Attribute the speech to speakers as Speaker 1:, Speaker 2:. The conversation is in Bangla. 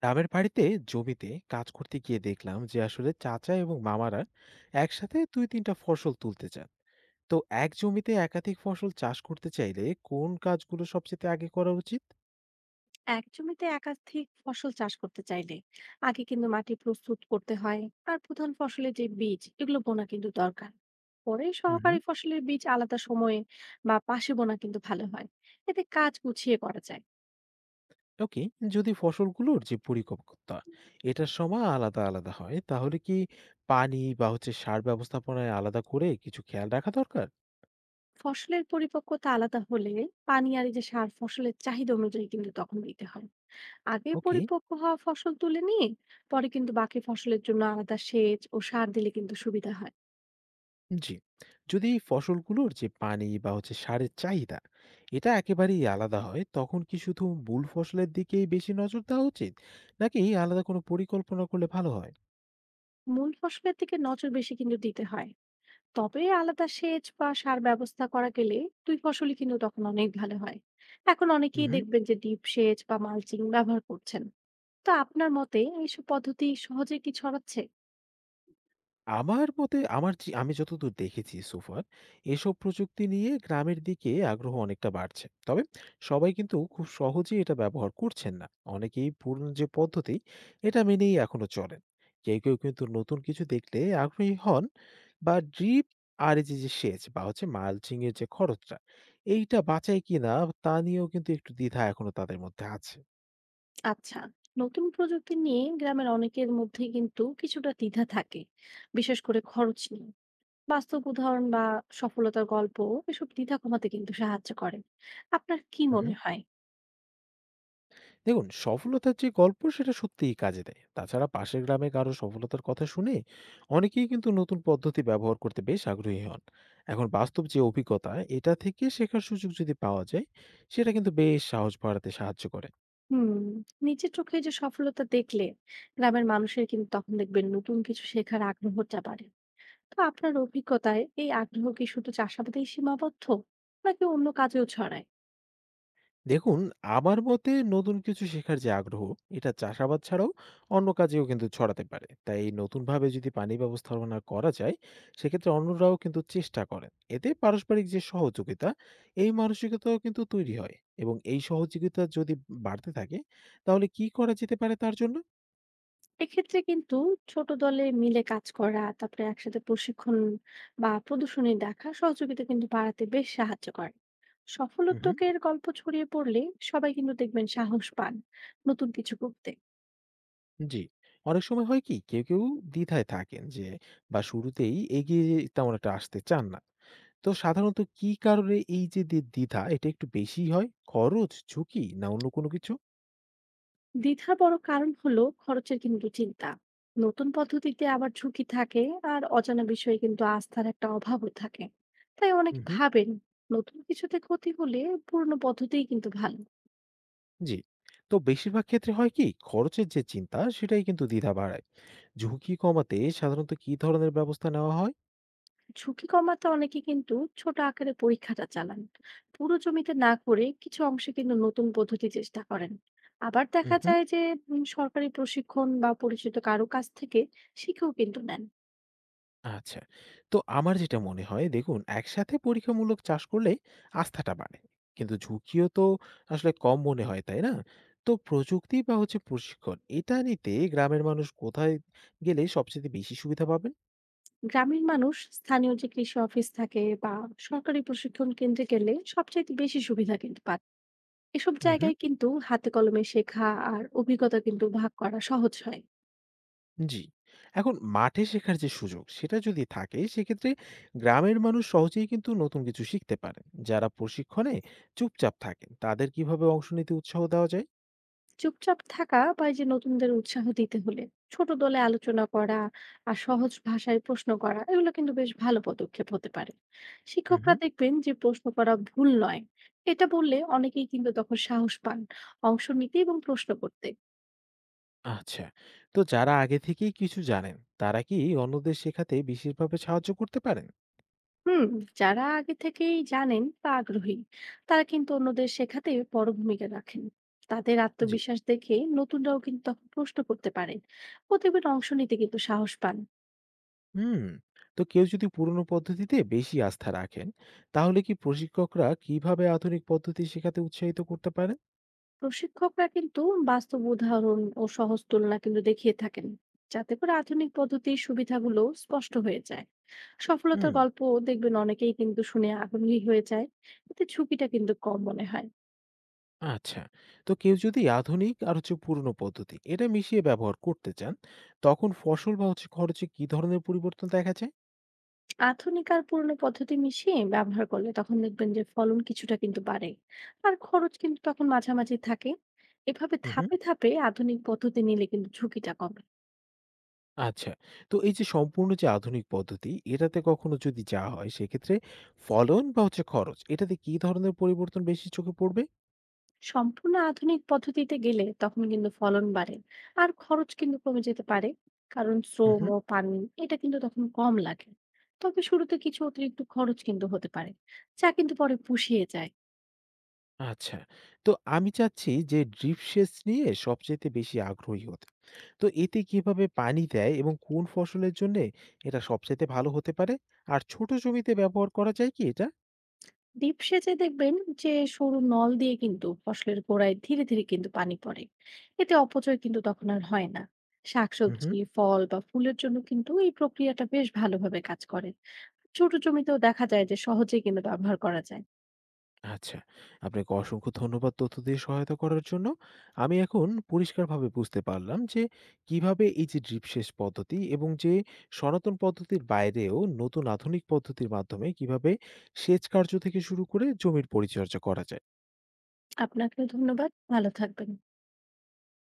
Speaker 1: গ্রামের বাড়িতে জমিতে কাজ করতে গিয়ে দেখলাম যে আসলে চাচা এবং মামারা একসাথে দুই তিনটা ফসল তুলতে চান। তো এক জমিতে একাধিক ফসল চাষ করতে চাইলে কোন কাজগুলো সবচেয়ে আগে করা উচিত?
Speaker 2: এক জমিতে একাধিক ফসল চাষ করতে চাইলে আগে কিন্তু মাটি প্রস্তুত করতে হয়। আর প্রধান ফসলের যে বীজ এগুলো বোনা কিন্তু দরকার, পরে
Speaker 1: হুম।
Speaker 2: সহকারী ফসলের বীজ আলাদা সময়ে বা পাশে বোনা কিন্তু ভালো হয়। এতে কাজ গুছিয়ে করা যায়।
Speaker 1: ওকে। যদি ফসলগুলোর যে পরিকল্পনা, এটার সময় আলাদা আলাদা হয়, তাহলে কি পানি বা হচ্ছে সার ব্যবস্থাপনায় আলাদা করে কিছু খেয়াল রাখা দরকার?
Speaker 2: ফসলের পরিপক্কতা আলাদা হলে পানি আর এই যে সার ফসলের চাহিদা অনুযায়ী কিন্তু তখন দিতে হয়। আগে
Speaker 1: ওকে।
Speaker 2: পরিপক্ক হওয়া ফসল তুলে নিয়ে পরে কিন্তু বাকি ফসলের জন্য আলাদা সেচ ও সার দিলে কিন্তু সুবিধা হয়।
Speaker 1: জি। যদি এই ফসলগুলোর যে পানি বা হচ্ছে সারের চাহিদা এটা একেবারেই আলাদা হয়, তখন কি শুধু মূল ফসলের দিকেই বেশি নজর দেওয়া উচিত, নাকি আলাদা কোনো পরিকল্পনা করলে ভালো হয়?
Speaker 2: মূল ফসলের দিকে নজর বেশি কিন্তু দিতে হয়, তবে আলাদা সেচ বা সার ব্যবস্থা করা গেলে দুই ফসলই কিন্তু তখন অনেক ভালো হয়। এখন অনেকেই দেখবেন যে ডিপ সেচ বা মালচিং ব্যবহার করছেন। তো আপনার মতে এইসব পদ্ধতি সহজে কি ছড়াচ্ছে?
Speaker 1: আমার মতে, আমার যে আমি যতদূর দেখেছি so far, এসব প্রযুক্তি নিয়ে গ্রামের দিকে আগ্রহ অনেকটা বাড়ছে। তবে সবাই কিন্তু খুব সহজেই এটা ব্যবহার করছেন না। অনেকেই পুরনো যে পদ্ধতি, এটা মেনেই এখনো চলেন। কেউ, কেউ কিন্তু নতুন কিছু দেখলে আগ্রহী হন বা ড্রিপ আর এই যে, সেচ বা হচ্ছে মালচিং এর যে খরচটা এইটা বাঁচায় কিনা, তা নিয়েও কিন্তু একটু দ্বিধা এখনো তাদের মধ্যে আছে।
Speaker 2: আচ্ছা, নতুন প্রযুক্তি নিয়ে গ্রামের অনেকের মধ্যে কিন্তু কিছুটা দ্বিধা থাকে, বিশেষ করে খরচ নিয়ে। বাস্তব উদাহরণ বা সফলতার গল্প এসব দ্বিধা কমাতে কিন্তু সাহায্য করে। আপনার কি
Speaker 1: হুম, হুম।
Speaker 2: মনে হয়?
Speaker 1: দেখুন, সফলতার যে গল্প, সেটা সত্যিই কাজে দেয়। তাছাড়া পাশের গ্রামে কারো সফলতার কথা শুনে অনেকেই কিন্তু নতুন পদ্ধতি ব্যবহার করতে বেশ আগ্রহী হন। এখন বাস্তব যে অভিজ্ঞতা, এটা থেকে শেখার সুযোগ যদি পাওয়া যায়, সেটা কিন্তু বেশ সাহস বাড়াতে সাহায্য করে।
Speaker 2: হুম। নিজের চোখে এই যে সফলতা দেখলে গ্রামের মানুষের কিন্তু তখন দেখবেন নতুন কিছু শেখার আগ্রহটা বাড়ে। তো আপনার অভিজ্ঞতায় এই আগ্রহ কি শুধু চাষাবাদেই সীমাবদ্ধ, নাকি অন্য কাজেও ছড়ায়?
Speaker 1: দেখুন, আমার মতে নতুন কিছু শেখার যে আগ্রহ, এটা চাষাবাদ ছাড়াও অন্য কাজেও কিন্তু ছড়াতে পারে। তাই নতুনভাবে যদি পানি ব্যবস্থাপনা করা যায়, সেক্ষেত্রে অন্যরাও কিন্তু চেষ্টা করেন। এতে পারস্পরিক যে সহযোগিতা, এই মানসিকতাও কিন্তু তৈরি হয়, এবং এই সহযোগিতা যদি বাড়তে থাকে, তাহলে কি করা যেতে পারে তার জন্য?
Speaker 2: এক্ষেত্রে কিন্তু ছোট দলে মিলে কাজ করা, তারপরে একসাথে প্রশিক্ষণ বা প্রদর্শনী দেখা সহযোগিতা কিন্তু বাড়াতে বেশ সাহায্য করে। সফল
Speaker 1: উহু।
Speaker 2: উদ্যোগের গল্প ছড়িয়ে পড়লে সবাই কিন্তু দেখবেন সাহস পান নতুন কিছু করতে।
Speaker 1: জি। অনেক সময় হয় কি কেউ, কেউ দ্বিধায় থাকেন যে বা শুরুতেই এগিয়ে তেমন একটা আসতে চান না। তো সাধারণত কি কারণে এই যে দ্বিধা, এটা একটু বেশিই হয়? খরচ, ঝুঁকি, না অন্য কোনো কিছু?
Speaker 2: দ্বিধার বড় কারণ হলো খরচের কিন্তু চিন্তা। নতুন পদ্ধতিতে আবার ঝুঁকি থাকে, আর অজানা বিষয়ে কিন্তু আস্থার একটা অভাবও থাকে। তাই
Speaker 1: হুম,
Speaker 2: অনেকে
Speaker 1: হুম।
Speaker 2: ভাবেন নতুন কিছুতে ক্ষতি হলে পুরনো পদ্ধতিই কিন্তু ভালো।
Speaker 1: জি। তো বেশিরভাগ ক্ষেত্রে হয় কি, খরচের যে চিন্তা সেটাই কিন্তু দ্বিধা বাড়ায়। ঝুঁকি কমাতে সাধারণত কি ধরনের ব্যবস্থা নেওয়া হয়?
Speaker 2: ঝুঁকি কমাতে অনেকে কিন্তু ছোট আকারে পরীক্ষাটা চালান। পুরো জমিতে না করে কিছু অংশে কিন্তু নতুন পদ্ধতি চেষ্টা করেন। আবার দেখা
Speaker 1: উহু।
Speaker 2: যায় যে সরকারি প্রশিক্ষণ বা পরিচিত কারো কাছ থেকে শিখেও কিন্তু নেন।
Speaker 1: আচ্ছা। তো আমার যেটা মনে হয়, দেখুন একসাথে পরীক্ষামূলক চাষ করলে আস্থাটা বাড়ে। কিন্তু ঝুঁকিও তো আসলে কম মনে হয়, তাই না? তো প্রযুক্তি বা হচ্ছে প্রশিক্ষণ এটা নিতে গ্রামের মানুষ কোথায় গেলে সবচাইতে বেশি সুবিধা পাবেন?
Speaker 2: গ্রামের মানুষ স্থানীয় যে কৃষি অফিস থাকে বা সরকারি প্রশিক্ষণ কেন্দ্রে গেলে সবচাইতে বেশি সুবিধা কিন্তু পান। এসব
Speaker 1: হুম, হুম।
Speaker 2: জায়গায় কিন্তু হাতে কলমে শেখা আর অভিজ্ঞতা কিন্তু ভাগ করা সহজ হয়।
Speaker 1: জি। এখন মাঠে শেখার যে সুযোগ, সেটা যদি থাকে, সেক্ষেত্রে গ্রামের মানুষ সহজেই কিন্তু নতুন কিছু শিখতে পারেন। যারা প্রশিক্ষণে চুপচাপ থাকেন তাদের কিভাবে অংশ নিতে উৎসাহ দেওয়া যায়?
Speaker 2: চুপচাপ থাকা বা এই যে নতুনদের উৎসাহ দিতে হলে ছোট দলে আলোচনা করা আর সহজ ভাষায় প্রশ্ন করা এগুলো কিন্তু বেশ ভালো পদক্ষেপ হতে পারে। শিক্ষকরা
Speaker 1: হুম।
Speaker 2: দেখবেন যে প্রশ্ন করা ভুল নয়, এটা বললে অনেকেই কিন্তু তখন সাহস পান অংশ নিতে এবং প্রশ্ন করতে।
Speaker 1: আচ্ছা। তো যারা আগে থেকেই কিছু জানেন, তারা কি অন্যদের শেখাতে বিশেষভাবে সাহায্য করতে পারেন?
Speaker 2: হুম। যারা আগে থেকেই জানেন বা আগ্রহী, তারা কিন্তু অন্যদের শেখাতে বড় ভূমিকা রাখেন। তাদের
Speaker 1: জি।
Speaker 2: আত্মবিশ্বাস দেখে নতুনরাও কিন্তু তখন প্রশ্ন করতে পারেন, প্রতিবার অংশ নিতে কিন্তু সাহস পান।
Speaker 1: হুম। তো কেউ যদি পুরনো পদ্ধতিতে বেশি আস্থা রাখেন, তাহলে কি প্রশিক্ষকরা কিভাবে আধুনিক পদ্ধতি শেখাতে উৎসাহিত করতে পারেন?
Speaker 2: প্রশিক্ষকরা কিন্তু বাস্তব উদাহরণ ও সহজ তুলনা কিন্তু দেখিয়ে থাকেন, যাতে করে আধুনিক পদ্ধতির সুবিধাগুলো স্পষ্ট হয়ে যায়।
Speaker 1: হুম।
Speaker 2: সফলতার গল্প দেখবেন অনেকেই কিন্তু শুনে আগ্রহী হয়ে যায়। এতে ঝুঁকিটা কিন্তু কম মনে হয়।
Speaker 1: আচ্ছা। তো কেউ যদি আধুনিক আর হচ্ছে পুরনো পদ্ধতি এটা মিশিয়ে ব্যবহার করতে চান, তখন ফসল বা হচ্ছে খরচে কি ধরনের পরিবর্তন দেখা যায়?
Speaker 2: আধুনিক আর পুরনো পদ্ধতি মিশিয়ে ব্যবহার করলে তখন দেখবেন যে ফলন কিছুটা কিন্তু বাড়ে, আর খরচ কিন্তু তখন মাঝামাঝি থাকে। এভাবে
Speaker 1: হুম।
Speaker 2: ধাপে ধাপে আধুনিক পদ্ধতি নিলে কিন্তু ঝুঁকিটা কমে।
Speaker 1: আচ্ছা। তো এই যে সম্পূর্ণ যে আধুনিক পদ্ধতি, এটাতে কখনো যদি যাওয়া হয়, সেক্ষেত্রে ফলন বা হচ্ছে খরচ এটাতে কি ধরনের পরিবর্তন বেশি চোখে পড়বে?
Speaker 2: সম্পূর্ণ আধুনিক পদ্ধতিতে গেলে তখন কিন্তু ফলন বাড়ে, আর খরচ কিন্তু কমে যেতে পারে। কারণ
Speaker 1: হু,
Speaker 2: শ্রম
Speaker 1: হু।
Speaker 2: ও পানি এটা কিন্তু তখন কম লাগে। তবে শুরুতে কিছু অতিরিক্ত খরচ কিন্তু হতে পারে, যা কিন্তু পরে পুষিয়ে যায়।
Speaker 1: আচ্ছা। তো আমি চাচ্ছি যে ড্রিপ সেচ নিয়ে সবচাইতে বেশি আগ্রহী হতে। তো এতে কিভাবে পানি দেয়, এবং কোন ফসলের জন্যে এটা সবচাইতে ভালো হতে পারে? আর ছোট জমিতে ব্যবহার করা যায় কি এটা?
Speaker 2: ডিপ সেচে দেখবেন যে সরু নল দিয়ে কিন্তু ফসলের গোড়ায় ধীরে ধীরে কিন্তু পানি পড়ে। এতে অপচয় কিন্তু তখন আর হয় না।
Speaker 1: হু, হু।
Speaker 2: শাকসবজি, ফল বা ফুলের জন্য কিন্তু এই প্রক্রিয়াটা বেশ ভালোভাবে কাজ করে। ছোট জমিতেও দেখা যায় যে সহজে কিন্তু ব্যবহার করা যায়।
Speaker 1: আচ্ছা, আপনাকে অসংখ্য ধন্যবাদ তথ্য দিয়ে সহায়তা করার জন্য। আমি এখন পরিষ্কারভাবে বুঝতে পারলাম যে কিভাবে এই যে ড্রিপ সেচ পদ্ধতি এবং যে সনাতন পদ্ধতির বাইরেও নতুন আধুনিক পদ্ধতির মাধ্যমে কিভাবে সেচ কার্য থেকে শুরু করে জমির পরিচর্যা করা যায়।
Speaker 2: আপনাকেও ধন্যবাদ, ভালো থাকবেন।